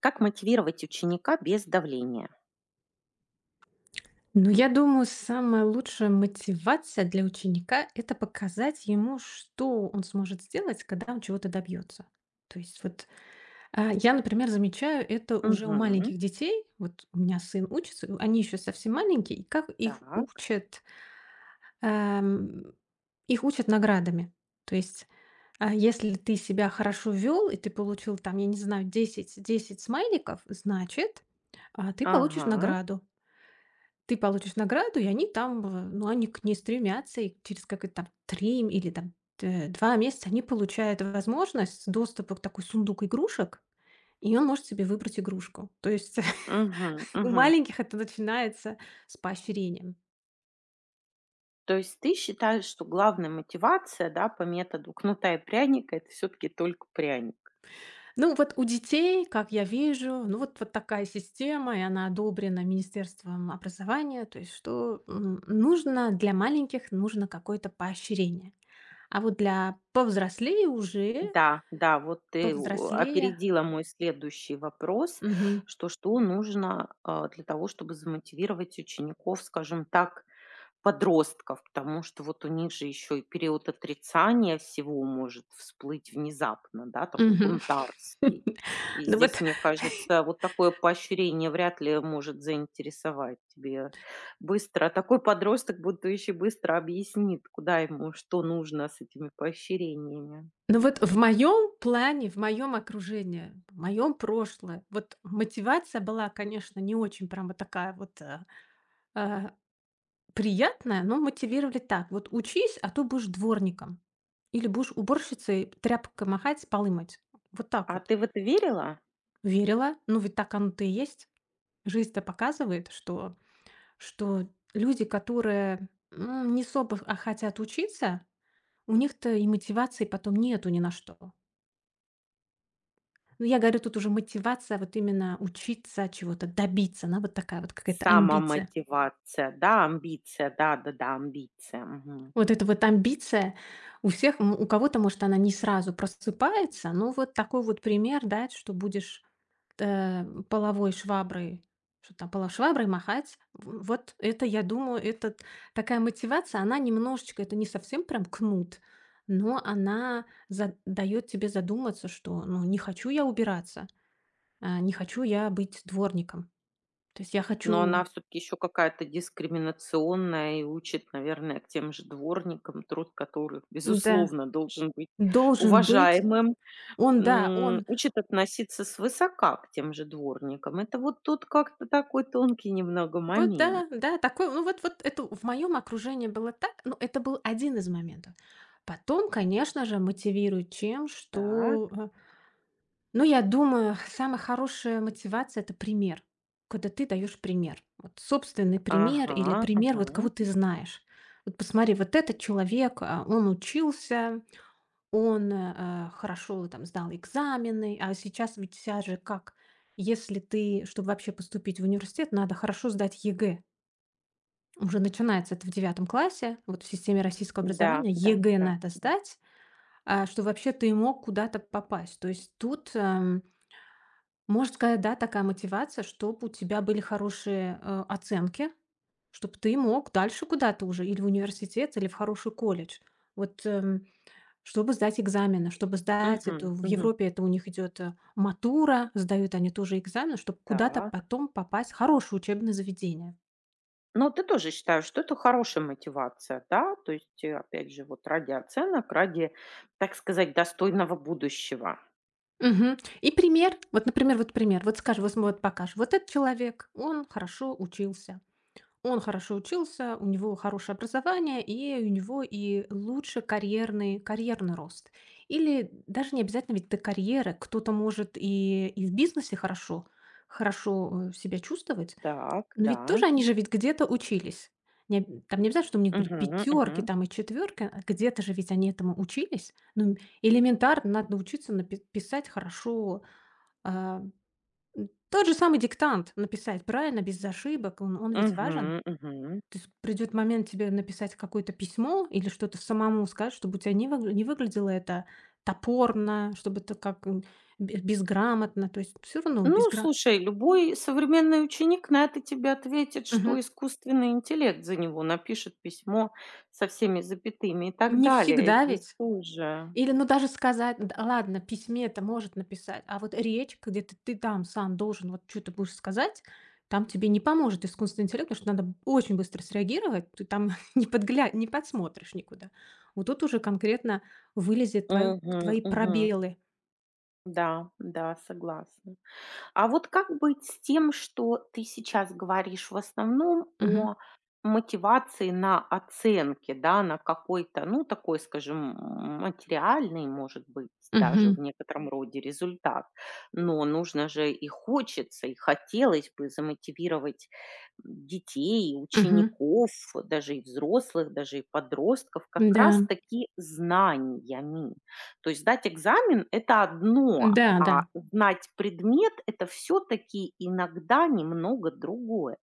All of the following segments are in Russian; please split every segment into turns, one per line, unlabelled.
Как мотивировать ученика без давления?
Ну, я думаю, самая лучшая мотивация для ученика– это показать ему, что он сможет сделать, когда он чего-то добьется. То есть вот я, например, замечаю это уже у
Мгм.
маленьких детей. Вот у меня сын учится, и они еще совсем маленькие, и как
Так.
эм, их учат наградами. То есть если ты себя хорошо вел, и ты получил там, я не знаю, 10 10 смайликов, значит, ты получишь
Ага.
награду. Ты получишь награду, и они там, ну, они к ней стремятся, и через как это там 3 или там т 2 месяца они получают возможность доступа к такой сундук игрушек, и он может себе выбрать игрушку. То есть
Мгм.
у
Мгм.
маленьких это начинается с поощрением.
То есть ты считаешь, что главная мотивация, да, по методу кнута и пряника — это все таки только пряник?
Ну, вот у детей, как я вижу, ну, вот такая система, и она одобрена Министерством образования. То есть что, нужно для маленьких нужно какое-то поощрение. А вот для повзрослее уже.
Да, да, вот ты у
Повзрослее.
опередила мой следующий вопрос,
Мгм.
что нужно, для того, чтобы замотивировать учеников, скажем так, подростков, потому что вот у них же еще и период отрицания всего может всплыть внезапно, да, такой
Мгм.
бунтарский. И
Ну
здесь,
вот
мне кажется, вот такое поощрение вряд ли может заинтересовать тебе быстро. А такой подросток, будущий, быстро объяснит, куда ему что нужно с этими поощрениями.
ну вот в моем плане, в моем окружении, в моем прошлое, вот мотивация была, конечно, не очень прям вот такая вот, э, приятная, но мотивировали так: вот учись, а то будешь дворником или будешь уборщицей тряпкой махать, полы мыть. Вот так
А
вот.
ты в это верила?
Верила, ну ведь так оно-то и есть. Жизнь-то показывает, что что люди, которые, не особо, хотят учиться, у них-то и мотивации потом нету ни на что. Но я говорю, тут уже мотивация вот именно учиться чего-то, добиться, она вот такая вот какая-то амбиция.
Самомотивация, да, амбиция, да-да-да, амбиция, мгм.
Вот эта вот амбиция у всех, у кого-то, может, она не сразу просыпается, но вот такой вот пример, да, что будешь половой шваброй, что там, половой шваброй махать, вот это, я думаю, такая мотивация, она немножечко, это не совсем прям кнут, но она дает тебе задуматься, что, ну, не хочу я убираться. Не хочу я быть дворником. То есть я
Но
хочу.
она всё-таки еще какая-то дискриминационная и учит, наверное, к тем же дворникам, труд которых,
Да,
безусловно, должен быть
должен быть.
уважаемым.
Он, да,
М,
он
учит относиться свысока к тем же дворникам. Это вот тут как-то такой тонкий немного
вот.
момент.
Да, да, такой, ну вот вот это в моем окружении было так, ну это был один из моментов. Потом, конечно же, мотивирует чем, что,
Так.
ну, я думаю, самая хорошая мотивация- это пример. Когда ты даешь пример. Вот собственный пример
Ага,
или пример вот кого
ага.
ты знаешь. Вот посмотри, вот этот человек, он учился. Он, хорошо там сдал экзамены, а сейчас ведь вся же как, если ты, чтобы вообще поступить в университет, надо хорошо сдать ЕГЭ. Уже начинается это в 9-м классе, вот в системе российского
Да,
образования
да,
ЕГЭ
да,
надо
да.
сдать, что вообще ты мог куда-то попасть. То есть тут, можно сказать, да, такая мотивация, чтобы у тебя были хорошие, оценки, чтобы ты мог дальше куда-то уже или в университет, или в хороший колледж. Вот, чтобы сдать экзамены, чтобы сдать
Угу,
эту в
мгм.
Европе это у них идет, матура, сдают они тоже экзамен, чтобы куда-то
Так.
потом попасть в хорошее учебное заведение.
Но ты тоже считаешь, что это хорошая мотивация, да? То есть, опять же, вот ради оценок, ради, так сказать, достойного будущего.
Мгм. И пример, вот, например, вот пример. Вот скажи, вот см вот покажешь. Вот этот человек, он хорошо учился. Он хорошо учился, у него хорошее образование, и у него и лучше карьерный рост. Или даже не обязательно ведь до карьеры. Кто-то может и в бизнесе хорошо, себя чувствовать.
Так,
Но ведь
да.
тоже они же ведь где-то учились. Не об там не обязательно, что у них были
Мгм,
пятерки
мгм,
там и четверки, а где-то же ведь они этому учились. Ну, элементарно надо учиться напи писать хорошо, а, тот же самый диктант написать правильно, без ошибок, он ведь важен.
мгм, мгм.
То есть придет момент тебе написать какое-то письмо или что-то самому сказать, чтобы у тебя не выглядело это топорно, чтобы это как, бе безграмотно, то есть все равно
Ну,
безгра
слушай, любой современный ученик на это тебе ответит,
Мгм.
что искусственный интеллект за него напишет письмо со всеми запятыми и так
Не
далее.
всегда
Здесь
ведь.
тоже.
Или, ну, даже сказать, д ладно, письме это может написать, а вот речь, где ты там сам должен вот что-то будешь сказать, там тебе не поможет искусственный интеллект, потому что надо очень быстро среагировать, ты там не подсмотришь никуда. Вот тут уже конкретно вылезет твоё
Мгм,
твои
мгм.
пробелы.
Да, да, согласна. А вот как быть с тем, что ты сейчас говоришь в основном
Мгм.
о мотивации на оценке, да, на какой-то, ну, такой, скажем, м, материальный, может быть, даже
Мгм.
в некотором роде результат. Но нужно же и хочется, и хотелось бы замотивировать детей,
Мгм.
учеников, даже и взрослых, даже и подростков, как
Да.
раз-таки знаниями. То есть сдать экзамен — это одно,
Да, да.
а знать предмет — это все таки иногда немного другое.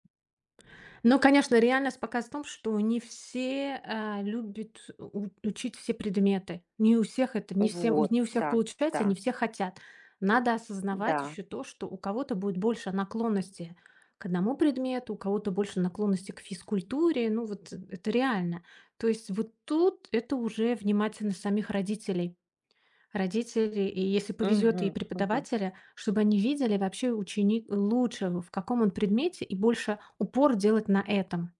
Но, конечно, реальность показывает в том, что не все, любят у учить все предметы. Не у всех это,
Вот,
не у всех
да,
получается, не
да,
все хотят. Надо осознавать
да.
еще то, что у кого-то будет больше наклонности к одному предмету, у кого-то больше наклонности к физкультуре. Ну вот это реально. То есть вот тут это уже внимательность самих родителей. Родители и, если повезет,
Мгм,
и
мгм.
преподавателя, чтобы они видели вообще ученик лучше, в каком он предмете, и больше упор делать на этом.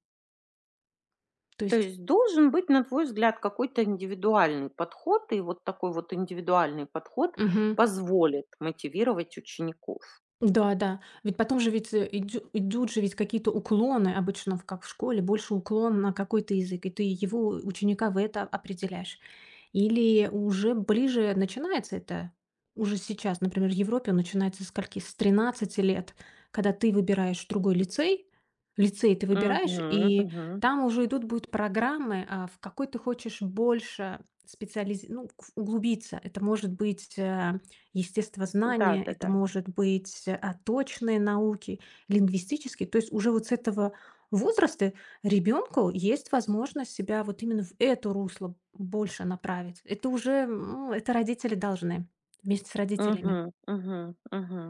То
То
есть.
есть должен быть, на твой взгляд, какой-то индивидуальный подход, и вот такой вот индивидуальный подход
Мгм.
позволит мотивировать учеников.
Да-да. Ведь потом же ведь, идё идут же ведь какие-то уклоны обычно, в как в школе, больше уклон на какой-то язык, и ты его, ученика, в это определяешь. Или уже ближе начинается это уже сейчас? Например, в Европе он начинается со скольки? С 13 лет, когда ты выбираешь другой лицей, лицей ты выбираешь,
Мгм,
и
мгм.
там уже идут будут программы, в какой ты хочешь больше ну, углубиться. Это может быть естествознание, это
Да-да-да.
может быть точные науки, лингвистические. То есть уже вот с этого возраста ребенку есть возможность себя вот именно в это русло больше направить. Это уже, это родители должны вместе с
Мгм,
родителями.
мгм, мгм.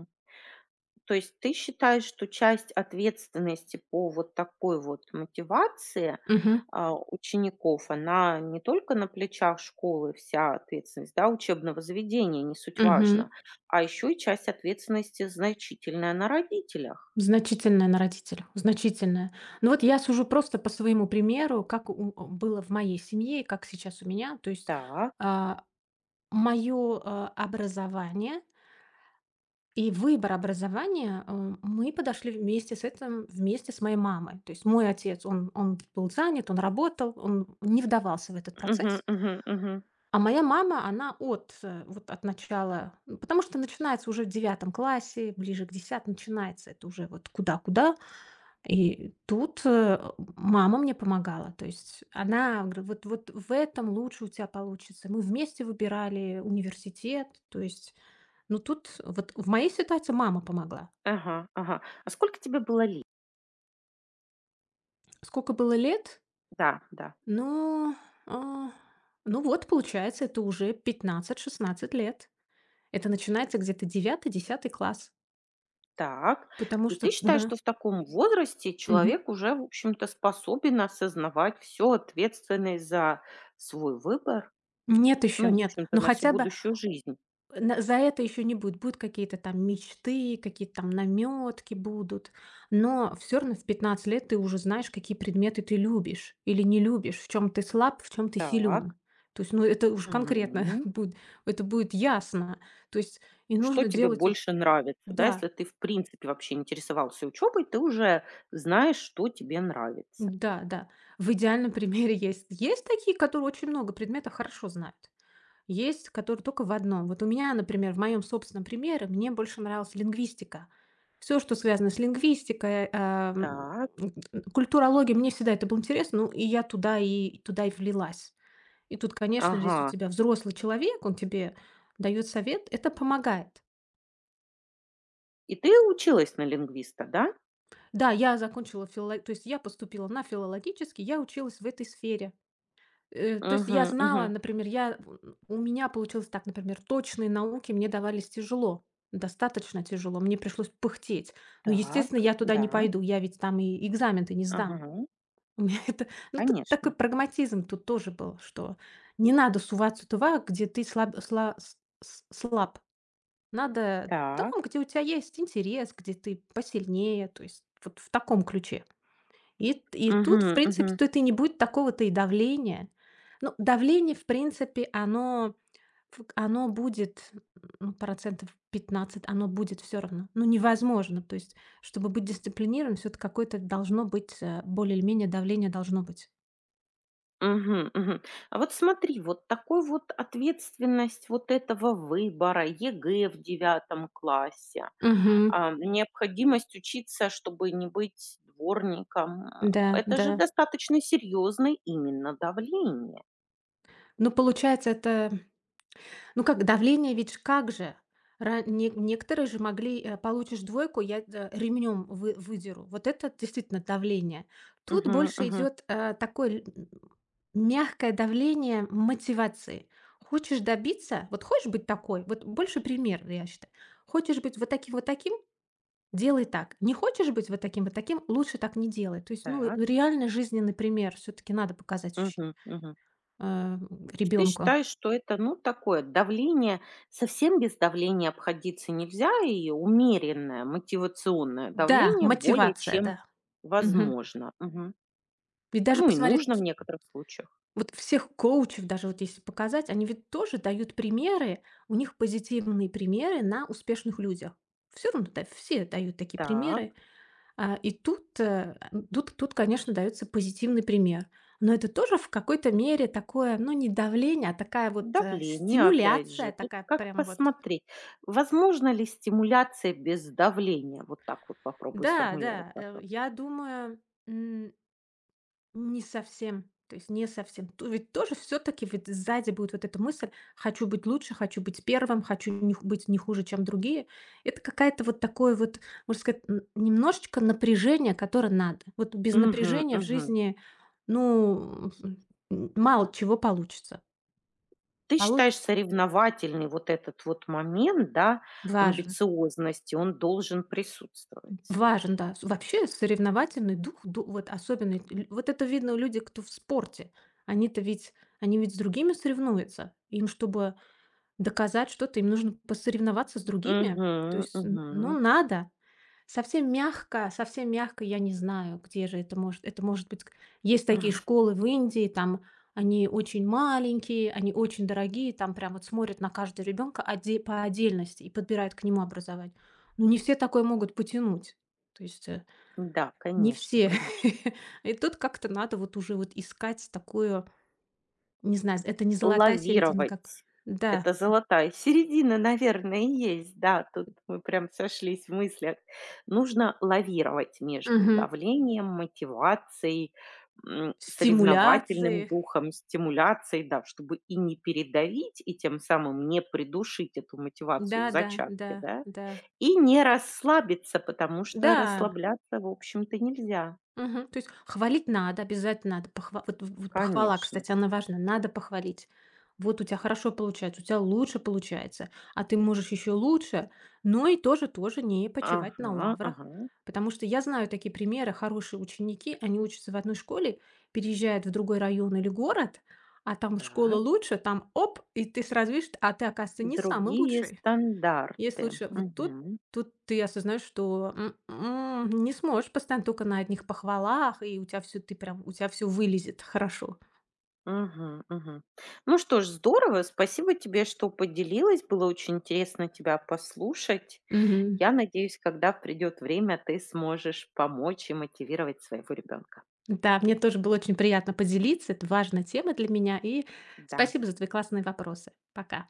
То есть ты считаешь, что часть ответственности по вот такой вот мотивации,
Мгм.
учеников, она не только на плечах школы, вся ответственность, да, учебного заведения, не суть
Мгм.
важно, а еще и часть ответственности значительная на родителях.
Значительное на родителях, значительное. Ну вот я сужу просто по своему примеру, как было в моей семье и как сейчас у меня. То есть
Так.
мое образование и выбор образования, мы подошли вместе с этим, вместе с моей мамой. То есть мой отец, он был занят, он работал, он не вдавался в этот
Мгм,
процесс.
мгм, мгм.
А моя мама, она от, вот от начала, ну, потому что начинается уже в 9-м классе, ближе к 10 начинается это уже вот куда-куда, и тут, мама мне помогала. То есть она говорит: Вот в этом лучше у тебя получится». Мы вместе выбирали университет. То есть, ну, тут вот в моей ситуации мама помогла.
Ага, ага. А сколько тебе было лет?
Сколько было лет?
Да, да.
Ну, а, ну вот, получается, это уже 15-16 лет. Это начинается где-то 9-10 класс,
Так.
потому
И ты
что
считаешь,
да.
что в таком возрасте
Мгм.
человек уже, в общем-то, способен осознавать всю ответственность за свой выбор,
Нет еще,
ну, в
нет.
общем-то,
Но
на всю
хотя бы.
будущую жизнь.
На за это еще не будет. Будут какие-то там мечты, какие-то там намётки будут. Но все равно в 15 лет ты уже знаешь, какие предметы ты любишь или не любишь, в чем ты слаб, в чем ты силен.
Так.
То есть, ну, это уж конкретно
Мгм.
будет, это будет ясно. То есть и
Что
нужно
тебе
делать у.
больше нравится, да,
Да,
если ты, в принципе, вообще интересовался учебой, ты уже знаешь, что тебе нравится.
да, да. В идеальном примере есть такие, которые очень много предметов хорошо знают. Есть, который только в одном. Вот у меня, например, в моем собственном примере мне больше нравилась лингвистика. Все, что связано с лингвистикой,
Так,
культурологией, мне всегда это было интересно, ну, и я туда и туда и влилась. И тут, конечно, если у
ага.
тебя взрослый человек, он тебе даёт совет, это помогает.
И ты училась на лингвиста, да?
Да, я закончила фило то есть я поступила на филологический, я училась в этой сфере. То есть я
Мгм, мгм.
знала, например, я у меня получилось так, например, точные науки мне давались тяжело, достаточно тяжело, мне пришлось пыхтеть. Но, естественно,
Так,
я туда
да,
не пойду, я ведь там и экзамен-то не сдам.
ага,
У меня это, ну, тут такой
конечно.
прагматизм тут тоже был, что не надо суваться туда, где ты слаб, слаб. Надо там,
Так,
где у тебя есть интерес, где ты посильнее, то есть вот в таком ключе. И тут, в принципе,
угу,
тут и не будет такого-то и давления. Ну, давление, в принципе, оно будет, ну, 15%, оно будет все равно. Ну, невозможно. То есть, чтобы быть дисциплинированным, все таки какое-то должно быть, более или менее давление должно быть.
мгм, мгм. А вот смотри, вот такой вот ответственность вот этого выбора, ЕГЭ в девятом классе,
Угу.
необходимость учиться, чтобы не быть дворником,
Да,
это же
да.
достаточно серьезное именно давление.
Ну, получается, это. Ну как давление, ведь ж как же? Ра не некоторые же могли, получишь двойку, я ремнем выдеру. Вот это действительно давление. Тут
Мгм,
больше
мгм.
идет, такое ль м мягкое давление мотивации. Хочешь добиться, вот хочешь быть такой, вот больше пример, я считаю. Хочешь быть делай так. Не хочешь быть лучше так не делай. То есть, ну,
Так.
реально жизненный пример все таки надо показать
Мгм, мгм.
э,
Ты
ребенку.
считаешь, что это, ну, такое давление, совсем без давления обходиться нельзя, и умеренное мотивационное
Да,
давление более
мотивация,
чем
да. Мгм.
возможно.
Ведь даже
Ну, и нужно в
посмотреть
некоторых случаях.
вот всех коучев, даже вот если показать, они ведь тоже дают примеры, у них позитивные примеры на успешных людях. Все равно, да, все дают такие
Так,
примеры. И тут, тут, конечно, даётся позитивный пример. Но это тоже в какой-то мере такое, ну, не давление, а такая вот,
давление, опять же,
стимуляция,
тут
такая
как
прям вот.
посмотреть. Возможно ли стимуляция без давления? Вот так вот попробую
Да,
сформулировать
да,
вопрос.
я думаю, не совсем. То есть не совсем. То ведь тоже все таки ведь сзади будет вот эта мысль: «Хочу быть лучше, хочу быть первым, хочу не ху быть не хуже, чем другие». Это какая-то вот такое вот, можно сказать, н немножечко напряжение, которое надо. Вот без
Мгм,
напряжения в
мгм.
жизни, ну, мало чего получится.
Ты
Получ
считаешь соревновательный вот этот вот момент, да,
важен,
амбициозности, он должен присутствовать?
важен, да. С вообще соревновательный дух, ду вот особенно лю вот это видно у людей, кто в спорте. Они-то ведь они ведь с другими соревнуются. Им, чтобы доказать что-то, им нужно посоревноваться с другими. То
Мгм,
есть, н ну,
мгм.
надо. Совсем мягко, я не знаю, где же это может быть к Есть такие школы в Индии, там они очень маленькие, они очень дорогие, там прям вот смотрят на каждого ребенка по отдельности и подбирают к нему образование. Ну, не все такое могут потянуть. То есть,
Да,
не
конечно,
все.
конечно.
И тут как-то надо вот уже вот искать такую, не знаю, это не золотая середина, как.
Лавировать.
Да.
Это золотая середина, наверное, и есть. Да, тут мы прям сошлись в мыслях. Нужно лавировать между
Мгм.
давлением, мотивацией, м, соревновательным
Стимуляции.
духом, стимуляцией, да, чтобы и не передавить, и тем самым не придушить эту мотивацию в
Да-да,
зачатке,
да,
да,
да.
и не расслабиться, потому что
Да.
расслабляться, в общем-то, нельзя.
Да. Мгм. То есть хвалить надо, обязательно надо. Похва вот похвала,
Конечно.
кстати, она важна. Надо похвалить. Вот у тебя хорошо получается, у тебя лучше получается, а ты можешь еще лучше, но и тоже не почивать на
Ага,
лаврах.
ага,
Потому что я знаю такие примеры, хорошие ученики, они учатся в одной школе, переезжают в другой район или город, а там школа
так.
лучше, там- оп, и ты сразу видишь, а ты, оказывается, не самый
Другие
лучший. Есть
стандарты.
лучше вот
Мгм.
тут ты осознаешь, что, не сможешь постоянно только на одних похвалах, и у тебя все, ты прям у тебя все вылезет хорошо.
Мгм. Мгм. Ну что ж, здорово. Спасибо тебе, что поделилась. Было очень интересно тебя послушать.
Мгм.
Я надеюсь, когда придет время, ты сможешь помочь и мотивировать своего ребенка.
Да, мне тоже было очень приятно поделиться. Это важная тема для меня. И
Да.
спасибо за твои классные вопросы. Пока.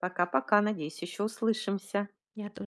Пока-пока. Надеюсь, еще услышимся.
Я то